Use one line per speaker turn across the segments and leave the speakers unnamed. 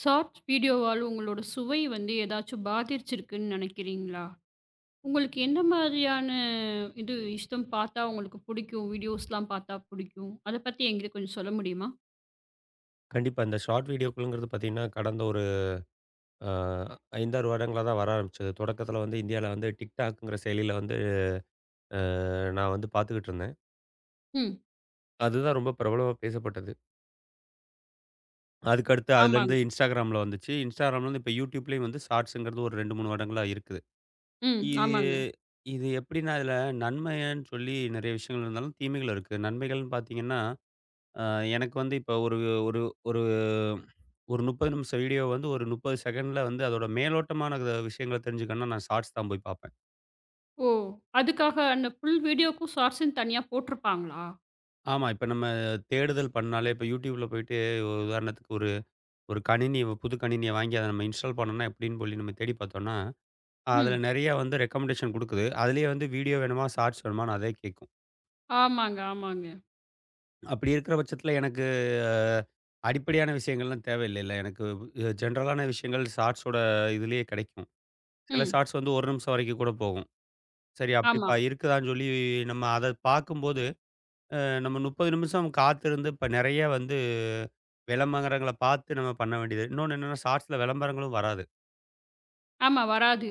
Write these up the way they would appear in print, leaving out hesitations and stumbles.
Shorts வீடியோவால் உங்களோட சுவை வந்து ஏதாச்சும் பாதிச்சிருக்குன்னு நினைக்கிறீங்களா? உங்களுக்கு எந்த மாதிரியான இது இஷ்டம் பார்த்தா உங்களுக்கு பிடிக்கும்? வீடியோஸ்லாம் பார்த்தா பிடிக்கும். அத பத்தி என்கிட்ட கொஞ்சம் சொல்ல முடியுமா?
கண்டிப்பா. இந்த ஷார்ட் வீடியோக்குள்ங்கிறது பார்த்தீங்கன்னா, கடந்த ஒரு அ 5, 6 வருடங்களா தான் வர ஆரம்பிச்சது. தொடக்கத்தில வந்து இந்தியால வந்து TikTokங்கிற செயலில வந்து அ நான் வந்து பார்த்துக்கிட்டு இருந்தேன்.
ம்.
அதுதான் ரொம்ப பிரபலமா பேசப்பட்டது. அதுக்கடுத்து அதுலேருந்து
ஆமாங்க.
Instagramல வந்துச்சு. Instagramலேருந்து இப்ப YouTubeலயும் வந்து ஷார்ட்ஸுங்கிறது ஒரு 2, 3 வருடங்களா இருக்குது.
ம்.
இது
ஆமாங்க.
இது எப்படின்னா, இதில நன்மைன்னு சொல்லி நெறைய விஷயங்கள் இருந்தாலும், தீமைகள் இருக்கு. நன்மைகள்னு பார்த்தீங்கன்னா அ எனக்கு வந்து இப்ப ஒரு ஒரு ஒரு ஒரு 30 நிமிஷ வீடியோ வந்து ஒரு 30 செகண்ட்ல வந்து அதோட மேலோட்டமான விஷயங்கள தெரிஞ்சுக்கணும்னா, நான் ஷார்ட்ஸ் தான் போய் பார்ப்பேன்.
ஓ! அதுக்காக அந்த ஃபுல் வீடியோக்கும் ஷார்ட்ஸ்ன்னு தனியா போட்டிருப்பாங்களா?
ஆமா, இப்ப நம்ம தேடுதல் பண்ணாலே இப்ப YouTubeல போயிட்டு ஒரு உதாரணத்துக்கு ஒரு ஒரு கணினி புது கணினிய வாங்கி அத நம்ம இன்ஸ்டால் பண்ணோம்னா எப்படின்னு சொல்லி நம்ம தேடி பார்த்தோம்னா, அதுல
ம்.
நெறைய வந்து ரெக்கமெண்டேஷன் குடுக்குது. அதிலேயே வந்து வீடியோ வேணுமா, ஷார்ட்ஸ் வேணுமான்னு அதே கேட்கும்.
ஆமாங்க, ஆமாங்க.
அப்படி இருக்கிற பட்சத்தில எனக்கு அ அடிப்படையான விஷயங்கள்லாம் தேவையில்லைல்ல. எனக்கு ஜென்ரலான விஷயங்கள் ஷார்ட்ஸோட இதுலயே கிடைக்கும். சில
ம்.
ஷார்ட்ஸ் வந்து 1 நிமிஷம் வரைக்கும் கூட போகும். சரி அப்படி
ஆமா.
இருக்குதான்னு சொல்லி நம்ம அத பார்க்கும்போது, அ நம்ம 30 நிமிஷம் காத்திருந்து இப்ப நெறைய வந்து விளம்பரங்கள பார்த்து நம்ம பண்ண வேண்டியது. இன்னொன்னு என்னன்னா ஷார்ட்ஸ்ல விளம்பரங்களும் வராது.
ஆமா வராது.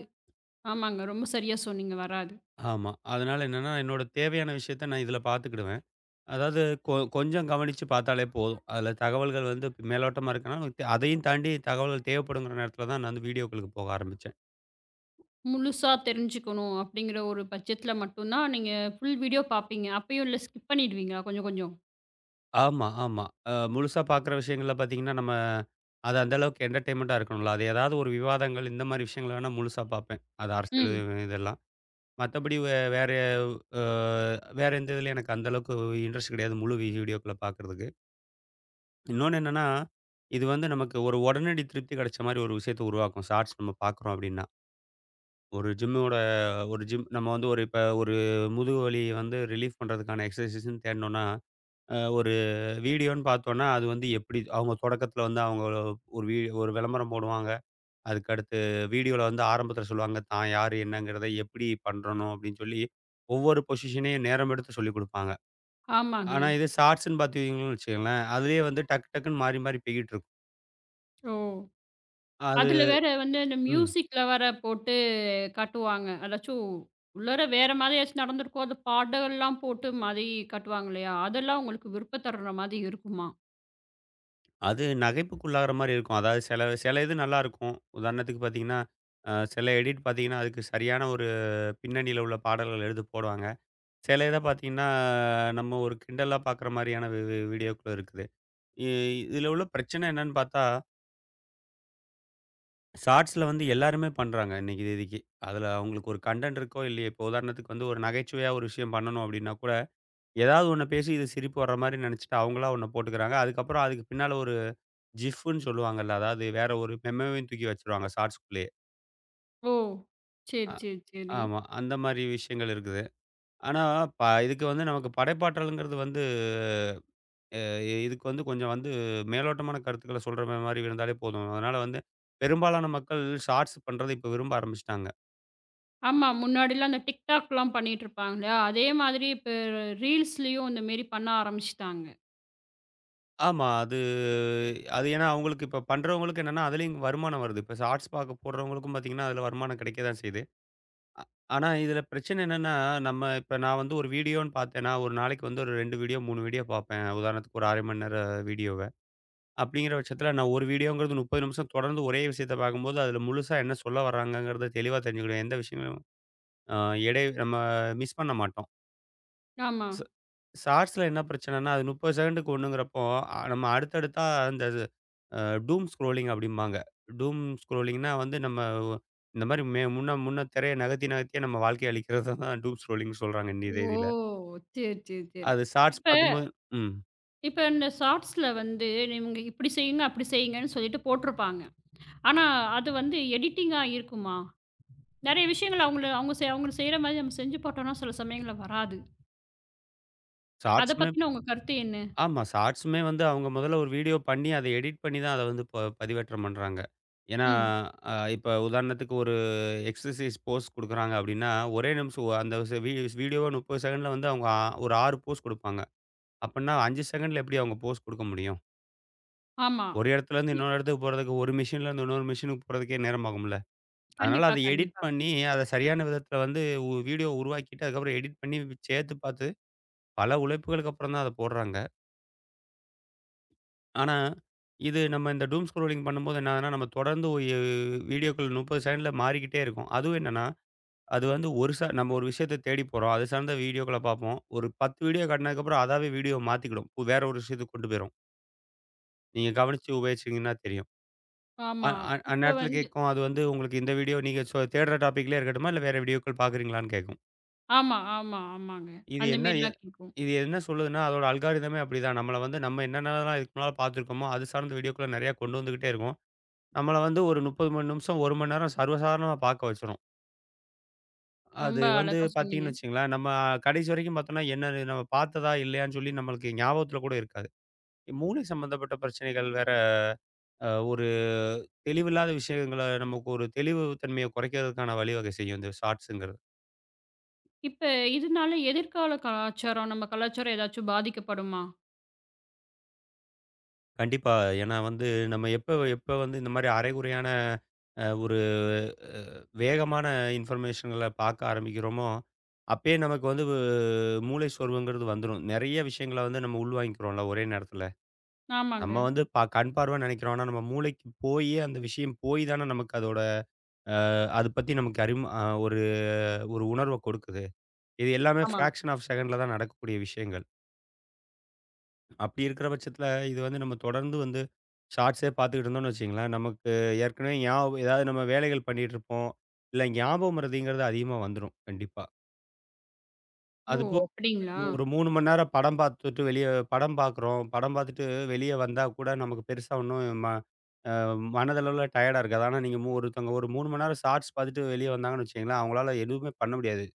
ஆமாங்க. ரொம்ப சரியா சொன்னீங்க. வராது.
ஆமா. அதனால என்னன்னா, என்னோட தேவையான விஷயத்த நான் இதில பார்த்துக்கிடுவேன். அதாவது கொஞ்சம் கவனிச்சு பார்த்தாலே போதும். அதில தகவல்கள் வந்து மேலோட்டமா இருக்குன்னா, நமக்கு அதையும் தாண்டி தகவல்கள் தேவைப்படுங்கிற நேரத்தில தான் நான் வந்து வீடியோக்களுக்கு போக ஆரம்பிச்சேன்.
முழுசா தெரிஞ்சுக்கணும் அப்படிங்கிற ஒரு பட்சத்தில மட்டும் தான் நீங்க ஃபுல் வீடியோ பார்ப்பீங்க. அப்பயும் இல்ல ஸ்கிப் பண்ணிடுவீங்களா கொஞ்சம் கொஞ்சம்?
ஆமா, ஆமா. முழுசா பார்க்குற விஷயங்கள்ல பார்த்தீங்கன்னா, நம்ம அது அந்த அளவுக்கு என்டர்டெயின்மெண்ட்டா இருக்கணும்ல. அது ஏதாவது ஒரு விவாதங்கள் இந்த மாரி விஷயங்கள வேணா முழுசா பார்ப்பேன். அது அரசியல்
ம்.
இதெல்லாம். மத்தபடி வேற அ வேற எந்த இதுலயும் எனக்கு அந்த அளவுக்கு இன்ட்ரெஸ்ட் கிடையாது. முழு வீடியோக்கள பார்க்குறதுக்கு. இன்னொன்னு என்னன்னா, இது வந்து நமக்கு ஒரு உடனடி திருப்தி கிடைச்ச மாரி ஒரு விஷயத்த உருவாக்கும். ஷார்ட்ஸ் நம்ம பார்க்குறோம் அப்படின்னா. ஒரு ஜிம்மோட ஒரு ஜிம் நம்ம வந்து ஒரு இப்ப ஒரு முதுகு வலிய வந்து ரிலீஃப் பண்றதுக்கான எக்ஸர்சைஸ்ன்னு தேடுனோம்னா ஒரு வீடியோன்னு பார்த்தோன்னா, அது வந்து எப்படி அவங்க தொடக்கத்தில வந்து அவங்க ஒரு விளம்பரம் போடுவாங்க. அதுக்கடுத்து வீடியோல வந்து ஆரம்பத்தில சொல்லுவாங்க, தான் யாரு என்னங்கிறத எப்படி பண்ணணும் அப்படின்னு சொல்லி, ஒவ்வொரு பொசிஷனையும் நேரம் எடுத்து சொல்லிக் குடுப்பாங்க. ஆனா
ஆமாங்க.
இது ஷார்ட்ஸ்ன்னு பார்த்தீங்கன்னு வச்சுக்கங்களேன், அதுலயே வந்து டக்கு டக்குன்னு மாறி மாறி போய்க்கிட்டுருக்கும்.
ஓ!
அது
அதில வேற வந்து இந்த
ம்.
மியூசிக்ல வேற போட்டு காட்டுவாங்க. அதாச்சும் உள்ளார வேற மாதிரி ஏதாச்சும் நடந்திருக்கும். அது பாடல்லாம் போட்டு மாதிரி காட்டுவாங்க இல்லையா? அதெல்லாம் உங்களுக்கு விருப்பம் தர்ற மாதிரி இருக்குமா?
அது நகைப்புக்குள்ளாகுற மாரி இருக்கும். அதாவது சில சில இது நல்லாயிருக்கும். உதாரணத்துக்கு பார்த்தீங்கன்னா, சில எடிட் பார்த்தீங்கன்னா, அதுக்கு சரியான ஒரு பின்னணியில உள்ள பாடல்கள் எடுத்து போடுவாங்க. சில இத பார்த்தீங்கன்னா, நம்ம ஒரு கிண்டலா பார்க்குற மாரியான வி வி வீடியோக்கள் இருக்குது. இ இதில உள்ள பிரச்சனை என்னன்னு பார்த்தா, ஷார்ட்ஸ்ல வந்து எல்லாருமே பண்றாங்க இன்னைக்கு தேதிக்கு. அதில அவங்களுக்கு ஒரு கன்டென்ட் இருக்கோ இல்லையோ, இப்போ உதாரணத்துக்கு வந்து ஒரு நகைச்சுவையா ஒரு விஷயம் பண்ணணும் அப்படின்னா கூட, ஏதாவது ஒண்ண பேசி இது சிரிப்பு வர்ற மாரி நெனச்சுட்டு அவங்களா ஒண்ண போட்டுக்கிறாங்க. அதுக்கப்புறம் அதுக்கு பின்னால ஒரு ஜிஃப்ன்னு சொல்லுவாங்கல்ல, அதாவது வேற ஒரு மெமோவையும் தூக்கி வச்சுருவாங்க ஷார்ட்ஸ்குள்ளேயே.
ஓ!
அ
சரி, சரி, சரி.
ஆமா. அந்த மாரி விஷயங்கள் இருக்குது. ஆனா, இதுக்கு வந்து நமக்கு படைப்பாற்றல்ங்கிறது வந்து அ இதுக்கு வந்து கொஞ்சம் வந்து மேலோட்டமான கருத்துக்கள சொல்ற மாரி இருந்தாலே போதும். அதனால வந்து பெரும்பாலான மக்கள் ஷார்ட்ஸ் பண்றத இப்ப விரும்ப ஆரம்பிச்சுட்டாங்க.
ஆமா. முன்னாடிலாம் அந்த TikTokலாம் பண்ணிட்டு இருப்பாங்க இல்லையா? அதே மாதிரி இப்ப ரீல்ஸ்லயும் இந்த மாரி பண்ண ஆரம்பிச்சுட்டாங்க.
ஆமா. அது அது ஏன்னா அவங்களுக்கு இப்ப பண்றவங்களுக்கு என்னன்னா, அதுலயும் வருமானம் வருது. இப்ப ஷார்ட்ஸ் பார்க்க போடுறவங்களுக்கும் பார்த்தீங்கன்னா, அதுல வருமானம் கிடைக்க தான் செய்யுது. அ ஆனா இதுல பிரச்சனை என்னன்னா, நம்ம இப்ப நான் வந்து ஒரு வீடியோன்னு பார்த்தேன்னா, ஒரு நாளைக்கு வந்து ஒரு 2 வீடியோ, 3 வீடியோ பார்ப்பேன். உதாரணத்துக்கு ஒரு 1/2 மணி நேர வீடியோவ. அப்படிங்கிற பட்சத்துல நான் ஒரு வீடியோங்கிறது 30 நிமிஷம் தொடர்ந்து ஒரே விஷயத்த பார்க்கும்போது, அதுல முழுசா என்ன சொல்ல வர்றாங்கங்கிறத தெளிவா தெரிஞ்சுக்கிடுவேன். எந்த விஷயங்களும் அ நம்ம மிஸ் பண்ண மாட்டோம்.
ஆமா.
ஷ ஷார்ட்ஸ்ல என்ன பிரச்சனைன்னா, அது 30 செகண்டுக்கு ஒண்ணுங்கிறப்போ, நம்ம அடுத்தடுத்தா அந்த இது அ டூம் ஸ்க்ரோலிங் அப்படிம்பாங்க. டூம் ஸ்க்ரோலிங்னா வந்து நம்ம இந்த மாரி முன்ன முன்ன திரைய நகர்த்தி நகர்த்தியே நம்ம வாழ்க்கைய அழிக்கிறத தான் டூம் ஸ்க்ரோலிங்ன்னு சொல்றாங்க இந்த
ஓ!
இதுல.
சரி, சரி, சரி.
அது ஷார்ட்ஸ்
இப்ப
பார்க்கும்போது. ம்.
இப்ப இந்த ஷார்ட்ஸ்ல வந்து இவங்க இப்படி செய்யுங்க, அப்படி செய்யுங்கன்னு சொல்லிட்டு போட்டிருப்பாங்க. ஆனா, அது வந்து எடிட்டிங்கா இருக்குமா? நெறைய விஷயங்கள் அவங்க செய்ற மாரி நம்ம செஞ்சு போட்டோம்னா சில சமயங்கள்ல வராது. அத
ஷார்ட்ஸ்
பத்தின உங்க கருத்து என்ன?
ஆமா. ஷார்ட்ஸுமே வந்து அவங்க முதல்ல ஒரு வீடியோ பண்ணி, அத எடிட் பண்ணி தான் அத வந்து பதிவேற்றம் பண்றாங்க. ஏன்னா,
ம்.
இப்ப உதாரணத்துக்கு ஒரு எக்ஸர்சைஸ் போஸ் குடுக்குறாங்க அப்படின்னா, ஒரே நிமிஷம் ஒ- அந்த ஸ் வீ வீடியோவா 30 செகண்ட்ல வந்து அவங்க ஒரு 6 போஸ் குடுப்பாங்க. அப்பன்னா 5 செகண்ட்ல எப்படி அவங்க போஸ் குடுக்க முடியும்?
ஆமா.
ஒரு இடத்துலேருந்து
இல்ல.
இன்னொரு இடத்துக்கு போறதுக்கு, ஒரு மெஷின்லேருந்து இன்னொரு மெஷினுக்கு போறதுக்கே நேரமாகும்ல. அதனால
கண்டிப்பா,
அத எடிட்
கண்டிப்பா.
பண்ணி, அத சரியான விதத்துல வந்து வீடியோ உருவாக்கிட்டு, அதுக்கப்புறம் எடிட் பண்ணி சேர்த்து பார்த்து, பல உழைப்புகளுக்கு அப்புறம் தான் அத போடுறாங்க. ஆனா, இது நம்ம இந்த டூம் ஸ்க்ரோலிங் பண்ணும்போது என்ன ஆகுதுன்னா, நம்ம தொடர்ந்து ஒரு வீடியோக்கள் 30 செகண்ட்ல மாறிக்கிட்டே இருக்கும். அதுவும் என்னன்னா, அது வந்து ஒரு நம்ம ஒரு விஷயத்த தேடி போறோம். அது சார்ந்த வீடியோக்கள பார்ப்போம். ஒரு 10 வீடியோ காட்டினதுக்கப்புறம் அதாவே வீடியோவ மாத்திக்கிடும். வேற ஒரு விஷயத்துக்கு கொண்டு போயிரும். நீங்க கவனிச்சு உபயோகிச்சீங்கன்னா தெரியும். அ
ஆமா.
அ
இப்ப
அந்நேரத்தில
வந்து
கேட்கும். அது வந்து உங்களுக்கு இந்த வீடியோ நீங்க தேடுற டாபிக்லயே இருக்கட்டுமா? இல்ல வேற வீடியோக்கள் பார்க்குறீங்களான்னு கேட்கும்.
ஆமா, ஆமா, ஆமாங்க.
இது
அந்த
என்ன எ
மாரிலாம் கேட்கும்.
இது என்ன சொல்லுதுன்னா, அதோட அல்காரிதமே அப்படிதான். நம்மள வந்து நம்ம என்னென்னலாம் இதுக்கு முன்னால பார்த்துருக்கோமோ, அது சார்ந்த வீடியோக்கள நெறையா கொண்டு வந்துகிட்டே இருக்கும். நம்மள வந்து ஒரு 30 மணி நிமிஷம், 1 மணி நேரம் சர்வசாதாரணமா பார்க்க வச்சுரும். அது
ரொம்ப
வந்து
அழகா சொன்னீங்க.
பார்த்தீங்கன்னு வச்சுக்கங்களேன், நம்ம கடைசி வரைக்கும் பார்த்தோம்னா, என்னது நம்ம பார்த்ததா இல்லையான்னு சொல்லி நம்மளுக்கு ஞாபகத்துல கூட இருக்காது. மூளை சம்மந்தப்பட்ட பிரச்சனைகள் வேற, ஒரு தெளிவில்லாத விஷயங்கள நமக்கு ஒரு தெளிவு தன்மைய குறைக்கிறதுக்கான வழிவகை செய்யும் இந்த ஷார்ட்ஸுங்கிறது.
இப்ப இதனால எதிர்கால கலாச்சாரம், நம்ம கலாச்சாரம் ஏதாச்சும் பாதிக்கப்படுமா?
கண்டிப்பா. ஏன்னா வந்து நம்ம எப்ப எப்ப வந்து இந்த மாரி அரைகுறையான அ ஒரு அ வேகமான இன்ஃபர்மேஷன்கள பாக்க ஆரம்பிக்கிறோமோ, அப்பயே நமக்கு வந்து மூளை சோர்வுங்கிறது வந்துரும். நெறைய விஷயங்கள வந்து நம்ம உள்வாங்கிக்கிறோம்ல ஒரே நேரத்துல.
ஆமாங்க.
நம்ம வந்து கண் பார்வைன்னு நெனைக்கிறோம். ஆனா, நம்ம மூளைக்கு போயி அந்த விஷயம் போய் தானே நமக்கு அதோட அது பத்தி நமக்கு அறிமு அ ஒரு ஒரு உணர்வ கொடுக்குது. இது எல்லாமே
ஆமா.
ஃபிராக்ஷன் ஆஃப் செகண்ட்ல தான் நடக்கக்கூடிய விஷயங்கள். அப்படி இருக்கிற பட்சத்துல, இது வந்து நம்ம தொடர்ந்து வந்து ஷார்ட்ஸே பார்த்துக்கிட்டு இருந்தோம்னு வச்சுக்கங்களேன், நமக்கு ஏற்கனவே ஞாபகம் ஏதாவது நம்ம வேலைகள் பண்ணிட்டு இருப்போம். இல்ல ஞாபகம் மறதிங்கிறது அதிகமா வந்துரும் கண்டிப்பா.
ஓ!
அதுபோக
அப்படிங்களா?
நம்ம ஒரு 3 மணி நேரம் படம் பார்த்துட்டு வெளிய படம் பார்க்குறோம். படம் பார்த்துட்டு வெளிய வந்தா கூட நமக்கு பெருசா ஒண்ணும் மனதளவுல டயர்டா இருக்காது. ஆனா நீங்க ஒருத்தவங்க ஒரு 3 மணி நேரம் ஷார்ட்ஸ் பார்த்துட்டு வெளிய வந்தாங்கன்னு வச்சுக்கங்களேன், அவங்களால எதுவுமே பண்ண முடியாது.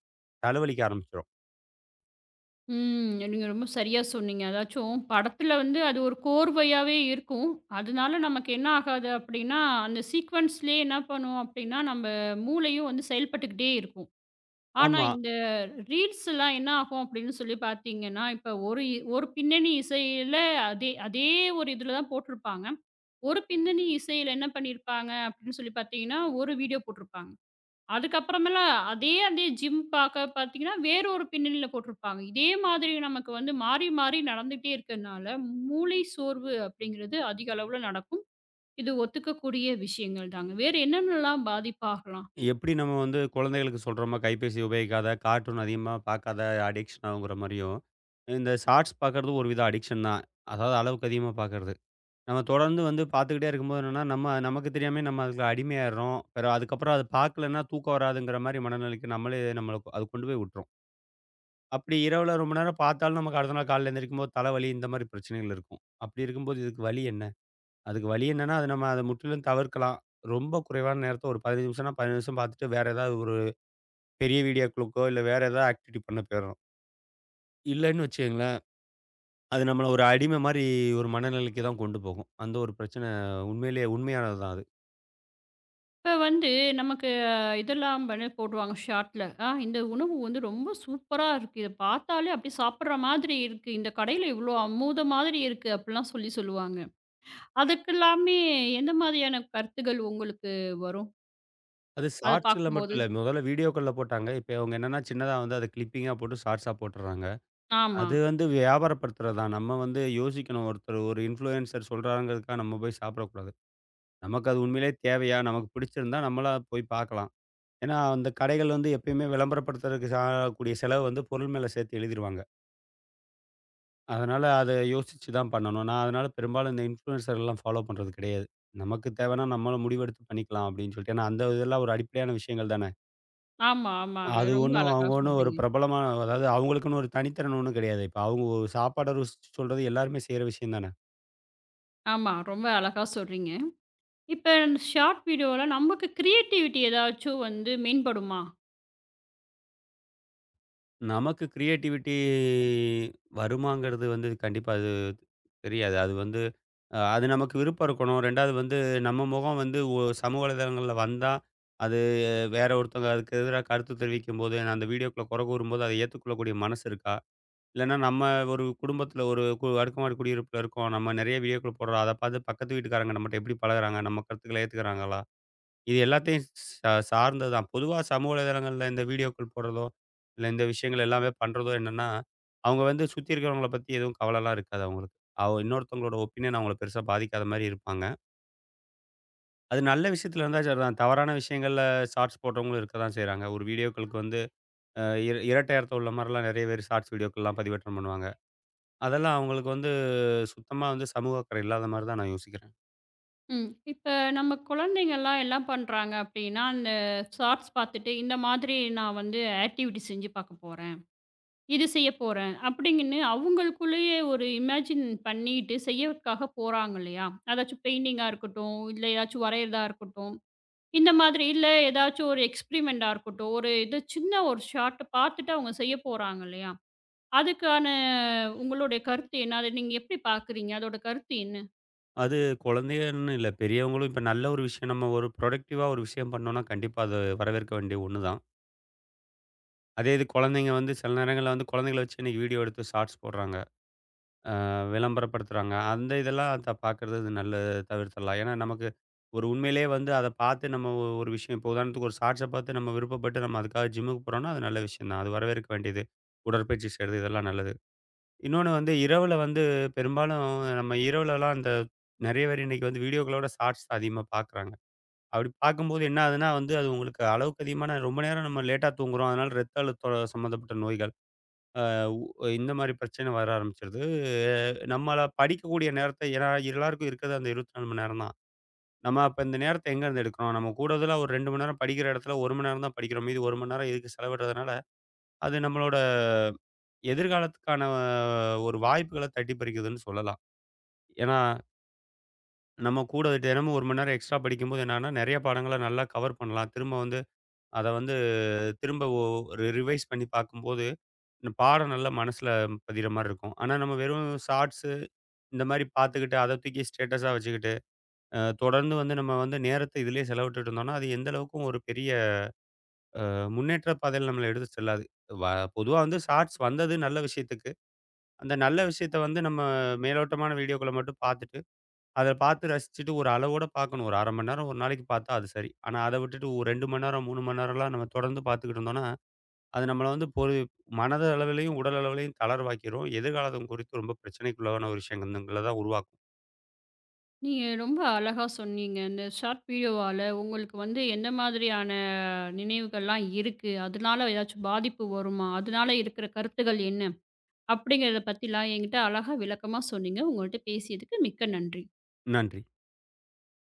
தலைவலிக்க ஆரம்பிச்சுரும்.
ம். நீங்க ரொம்ப சரியா சொன்னீங்க. அதாச்சும் படத்துல வந்து அது ஒரு கோர்வையாவே இருக்கும். அதனால நமக்கு என்ன ஆகாது அப்படின்னா, அந்த சீக்வென்ஸ்லயே என்ன பண்ணும் அப்படின்னா, நம்ம மூளையும் வந்து செயல்பட்டுக்கிட்டே இருக்கும். ஆனா
ஆமா.
இந்த ரீல்ஸ்லாம் என்ன ஆகும் அப்படின்னு சொல்லி பார்த்தீங்கன்னா, இப்ப ஒரு ஒரு பின்னணி இசையில அதே அதே ஒரு இதுல தான் போட்டிருப்பாங்க. ஒரு பின்னணி இசையில என்ன பண்ணியிருப்பாங்க அப்படின்னு சொல்லி பார்த்தீங்கன்னா, ஒரு வீடியோ போட்டிருப்பாங்க. அதுக்கப்புறமேல அதே அதே ஜிம் பார்க்க பார்த்தீங்கன்னா, வேற ஒரு பின்னணியில போட்டிருப்பாங்க. இதே மாதிரி நமக்கு வந்து மாறி, மாறி நடந்துட்டே இருக்கனால, மூளை சோர்வு அப்படிங்கிறது அதிக அளவுல நடக்கும். இது ஒத்துக்கக்கூடிய விஷயங்கள் தாங்க. வேற என்னென்னலாம் பாதிப்பாகலாம்?
எப்படி நம்ம வந்து குழந்தைகளுக்கு சொல்றோமா, கைபேசி உபயோகிக்காத, கார்ட்டூன் அதிகமா பார்க்காத, அடிக்ஷன் ஆகுங்கிற மாரியும், இந்த ஷார்ட்ஸ் பார்க்கறது ஒரு வித அடிக்ஷன் தான். அதாவது அளவுக்கு அதிகமா பார்க்கறது. நம்ம தொடர்ந்து வந்து பார்த்துக்கிட்டே இருக்கும்போது என்னன்னா, நம்ம நமக்கு தெரியாமயே நம்ம அதுக்கு அடிமையாயிடுறோம். அதுக்கப்புறம் அது பார்க்கலன்னா தூக்கம் வராதுங்கிற மாரி மனநிலைக்கு நம்மளே நம்மள அது கொண்டு போய் விட்டுரும். அப்படி இரவுல ரொம்ப நேரம் பார்த்தாலும் நமக்கு அடுத்த நாள் காலையில எந்திரிக்கும்போது தலைவலி இந்த மாரி பிரச்சனைகள் இருக்கும். அப்படி இருக்கும்போது இதுக்கு வழி என்ன? அதுக்கு வழி என்னன்னா, அது நம்ம அத முற்றிலும் தவிர்க்கலாம். ரொம்ப குறைவான நேரத்த ஒரு 15 நிமிஷம்னா 15 நிமிஷம் பார்த்துட்டு வேற ஏதாவது ஒரு பெரிய வீடியோக்களுக்கோ, இல்ல வேற ஏதாவது ஆக்டிவிட்டி பண்ண போயிர்றோம். இல்லன்னு வச்சுக்கங்களேன், அது நம்மள ஒரு அடிமை மாரி ஒரு மனநிலைக்கு தான் கொண்டு போகும். அந்த ஒரு பிரச்சனை உண்மையிலேயே உண்மையானது தான் அது.
இப்ப வந்து நமக்கு இதெல்லாம் பண்ணி போடுவாங்க ஷார்ட்ல. இந்த உணவு வந்து ரொம்ப சூப்பரா இருக்கு. இத பார்த்தாலே அப்படியே சாப்பிடுற மாதிரி இருக்கு. இந்த கடையில இவ்வளோ அமுத மாதிரி இருக்கு அப்படிலாம் சொல்லி சொல்லுவாங்க. அதுக்கெல்லாமே எந்த மாதிரியான கருத்துகள் உங்களுக்கு வரும்?
அது
அத
ஷார்ட்ஸ்ல மட்டும்
பார்க்கும்போது?
இல்ல. முதல்ல வீடியோக்கள்ல போட்டாங்க. இப்ப அவங்க என்னன்னா சின்னதா வந்து அத கிளிப்பிங்கா போட்டு ஷார்ட்ஸா போட்டுர்றாங்க.
ஆமா.
அது வந்து வியாபாரப்படுத்துறது தான். நம்ம வந்து யோசிக்கணும். ஒருத்தர் ஒரு இன்ஃப்ளூயன்சர் சொல்றாங்கிறதுக்காக நம்ம போய் சாப்பிடக்கூடாது. நமக்கு அது உண்மையிலேயே தேவையா? நமக்கு பிடிச்சிருந்தா நம்மளா போய் பார்க்கலாம். ஏன்னா, அந்த கடைகள் வந்து எப்பயுமே விளம்பரப்படுத்துறதுக்கு கூடிய செலவு வந்து பொருள் மேல சேர்த்து எழுதிருவாங்க. அதனால அத யோசிச்சு தான் பண்ணணும். நான் அதனால பெரும்பாலும் இந்த இன்ஃப்ளூயன்சர்லாம் ஃபாலோ பண்றது கிடையாது. நமக்கு தேவைன்னா நம்மளும் முடிவெடுத்து பண்ணிக்கலாம் அப்படின்னு சொல்லிட்டு. ஏன்னா அந்த இதெல்லாம் ஒரு அடிப்படையான விஷயங்கள் தானே.
ஆமா, ஆமாங்க.
அது
ரொம்ப
ஒண்ணும்
அழகா
அவங்க ஒண்ணும் ஒரு
சொல்றீங்க.
பிரபலமான அதாவது அவங்களுக்குன்னு ஒரு தனித்திறன் ஒண்ணும் கிடையாது. இப்ப அவங்க சாப்பாட ருசிச்சு சொல்றது எல்லாருமே செய்ற விஷயம் தானே.
ஆமா, ரொம்ப அழகா சொல்றீங்க. இப்ப ஷார்ட் வீடியோல நமக்கு கிரியேட்டிவிட்டி ஏதாச்சும் வந்து மேம்படுமா?
நமக்கு கிரியேட்டிவிட்டி வருமாங்கிறது வந்து கண்டிப்பா அது தெரியாது. அது வந்து அது நமக்கு விருப்பம் இருக்கணும். 2வது வந்து நம்ம முகம் வந்து சமூக வலைதளங்கள்ல வந்தா, அது வேற ஒருத்தவங்க அதுக்கு எதிரா கருத்து தெரிவிக்கும்போது, அந்த வீடியோக்குள்ள குறை கூறும்போது அதை ஏத்துக்கொள்ளக்கூடிய மனசு இருக்கா? இல்லன்னா நம்ம ஒரு குடும்பத்தில ஒரு கு அடுக்குமாடி குடியிருப்புல இருக்கோம். நம்ம நெறைய வீடியோக்கள் போடுறோம். அத பார்த்து பக்கத்து வீட்டுக்காரங்க நம்மட்ட எப்படி பழகுறாங்க? நம்ம கருத்துக்கள ஏத்துக்கிறாங்களா? இது எல்லாத்தையும் சார்ந்தது தான். பொதுவா சமூக வலைதளங்கள்ல இந்த வீடியோக்கள் போடுறதோ, இல்ல இந்த விஷயங்கள் எல்லாமே பண்றதோ என்னன்னா, அவங்க வந்து சுத்தி இருக்கிறவங்கள பத்தி எதுவும் கவலலாம் இருக்காது அவங்களுக்கு. இன்னொருத்தவங்களோட ஒப்பீனியன் அவங்கள பெருசா பாதிக்காத மாரி இருப்பாங்க. அது நல்ல விஷயத்துல இருந்தா சரிதான். தவறான விஷயங்கள்ல ஷார்ட்ஸ் போடுறவங்களும் இருக்க தான் செய்றாங்க. ஒரு வீடியோக்களுக்கு வந்து அ இர இரட்டை அர்த்தம் உள்ள மாரிலாம் நெறைய பேர் ஷார்ட்ஸ் வீடியோக்கள்லாம் பதிவேற்றம் பண்ணுவாங்க. அதெல்லாம் அவங்களுக்கு வந்து சுத்தமா வந்து சமூக அக்கறை இல்லாத மாரி தான் நான் யோசிக்கிறேன்.
ம். இப்ப நம்ம குழந்தைங்கலாம் என்ன பண்றாங்க அப்டின்னா, அந்த ஷார்ட்ஸ் பார்த்துட்டு இந்த மாதிரி நான் வந்து ஆக்டிவிட்டி செஞ்சு பார்க்க போறேன். இது செய்ய போறேன். அப்டிங்கன்னு அவங்களுக்குள்ளேயே ஒரு இமேஜின் பண்ணிட்டு செய்யறதுக்காக போறாங்க இல்லையா? அதாச்சும் பெயிண்டிங்கா இருக்கட்டும், இல்ல ஏதாச்சும் வரையறதா இருக்கட்டும். இந்த மாதிரி இல்ல ஏதாச்சும் ஒரு எக்ஸ்பெரிமெண்ட்டா இருக்கட்டும். ஒரு இது சின்ன ஒரு ஷாட் பார்த்துட்டு அவங்க செய்ய போறாங்க இல்லையா? அதுக்கான உங்களுடைய கருத்து என்ன? அத நீங்க எப்படி பார்க்குறீங்க? அதோட கருத்து என்ன?
அது குழந்தைகள்னு இல்ல. பெரியவங்களும் இப்ப நல்ல ஒரு விஷயம் நம்ம ஒரு புரொடக்டிவா ஒரு விஷயம் பண்ணோம்னா, கண்டிப்பா அது வரவேற்க வேண்டிய ஒண்ணு தான். அதே இது குழந்தைங்க வந்து சில நேரங்கள்ல வந்து குழந்தைங்கள வச்சு இன்னைக்கு வீடியோ எடுத்து ஷார்ட்ஸ் போடுறாங்க. அ விளம்பரப்படுத்துறாங்க. அந்த இதெல்லாம் பார்க்கறது நல்லது தவிர்த்துடலாம். ஏன்னா, நமக்கு ஒரு உண்மையிலேயே வந்து அத பார்த்து நம்ம ஒரு விஷயம் இப்போ உதாரணத்துக்கு ஒரு ஷார்ட்ஸ பார்த்து நம்ம விருப்பப்பட்டு நம்ம அதுக்காக ஜிம்முக்கு போறோம்னா, அது நல்ல விஷயம் தான். அது வரவேற்க வேண்டியது. உடற்பயிற்சி செய்றது இதெல்லாம் நல்லது. இன்னொன்னு வந்து இரவுல வந்து பெரும்பாலும் நம்ம இரவுலலாம் அந்த நெறைய பேர் இன்னைக்கு வந்து வீடியோக்களோட ஷார்ட்ஸ் அதிகமா பார்க்குறாங்க. அப்படி பார்க்கும்போது என்ன ஆகுதுன்னா வந்து அது உங்களுக்கு அளவுக்கு அதிகமான ரொம்ப நேரம் நம்ம லேட்டா தூங்குறோம். அதனால இரத்த அழுத்தம் சம்மந்தப்பட்ட நோய்கள், அ உ இந்த மாரி பிரச்சனை வர ஆரம்பிச்சிருது. நம்மள படிக்கக்கூடிய நேரத்த ஏன்னா எல்லாருக்கும் இருக்கிறது அந்த 24 மணி நேரம் தான். நம்ம அப்ப இந்த நேரத்த எங்கேருந்து எடுக்கிறோம்? நம்ம கூடுதலா ஒரு 2 மணி நேரம் படிக்கிற இடத்துல 1 மணி நேரம் தான் படிக்கிறோம். மீதி 1 மணி நேரம் இதுக்கு செலவிடுறதுனால, அது நம்மளோட எதிர்காலத்துக்கான ஒரு வாய்ப்புகள தட்டி பறிக்குதுன்னு சொல்லலாம். ஏன்னா, நம்ம கூட தினமும் 1 மணி நேரம் எக்ஸ்ட்ரா படிக்கும்போது என்னன்னா, நெறைய பாடங்கள நல்லா கவர் பண்ணலாம். திரும்ப வந்து அத வந்து திரும்ப ஒ ஒரு ரிவைஸ் பண்ணி பார்க்கும்போது, இந்த பாடம் நல்லா மனசுல பதியிற மாரி இருக்கும். ஆனா, நம்ம வெறும் இந்த மாரி பார்த்துக்கிட்டு, அத தூக்கி ஸ்டேட்டஸா வச்சுக்கிட்டு, தொடர்ந்து வந்து நம்ம வந்து நேரத்த இதிலேயே செலவிட்டுட்டு இருந்தோம்னா, அது எந்த அளவுக்கும் ஒரு பெரிய முன்னேற்ற பாதையில நம்மள எடுத்து செல்லாது. வ பொதுவா வந்து ஷார்ட்ஸ் வந்தது நல்ல விஷயத்துக்கு. அந்த நல்ல விஷயத்த வந்து நம்ம மேலோட்டமான வீடியோக்கள மட்டும் பார்த்துட்டு, அத பார்த்து ரசிச்சுட்டு ஒரு அளவோட பார்க்கணும். ஒரு 1/2 மணி நேரம் ஒரு நாளைக்கு பார்த்தா அது சரி. ஆனா அத விட்டுட்டு ஒரு 2 மணி நேரம், 3 மணி நேரம்லாம் நம்ம தொடர்ந்து பார்த்துக்கிட்டு இருந்தோம்னா, அது நம்மள வந்து மனத அளவிலயும், உடல் அளவிலயும் தளர்வாக்கிரும். எதிர்காலத்தும் குறித்து ரொம்ப பிரச்சனைக்குள்ளான ஒரு விஷயங்கள தான் உருவாக்கும்.
நீங்க ரொம்ப அழகா சொன்னீங்க. இந்த ஷார்ட் வீடியோவால உங்களுக்கு வந்து எந்த மாதிரியான நினைவுகள்லாம் இருக்கு? அதனால ஏதாச்சும் பாதிப்பு வருமா? அதனால இருக்கிற கருத்துகள் என்ன? அப்படிங்கிறத பத்திலாம் என்கிட்ட அழகா விளக்கமா சொன்னீங்க. உங்கள்ட்ட பேசியதுக்கு மிக்க நன்றி.
நன்றி.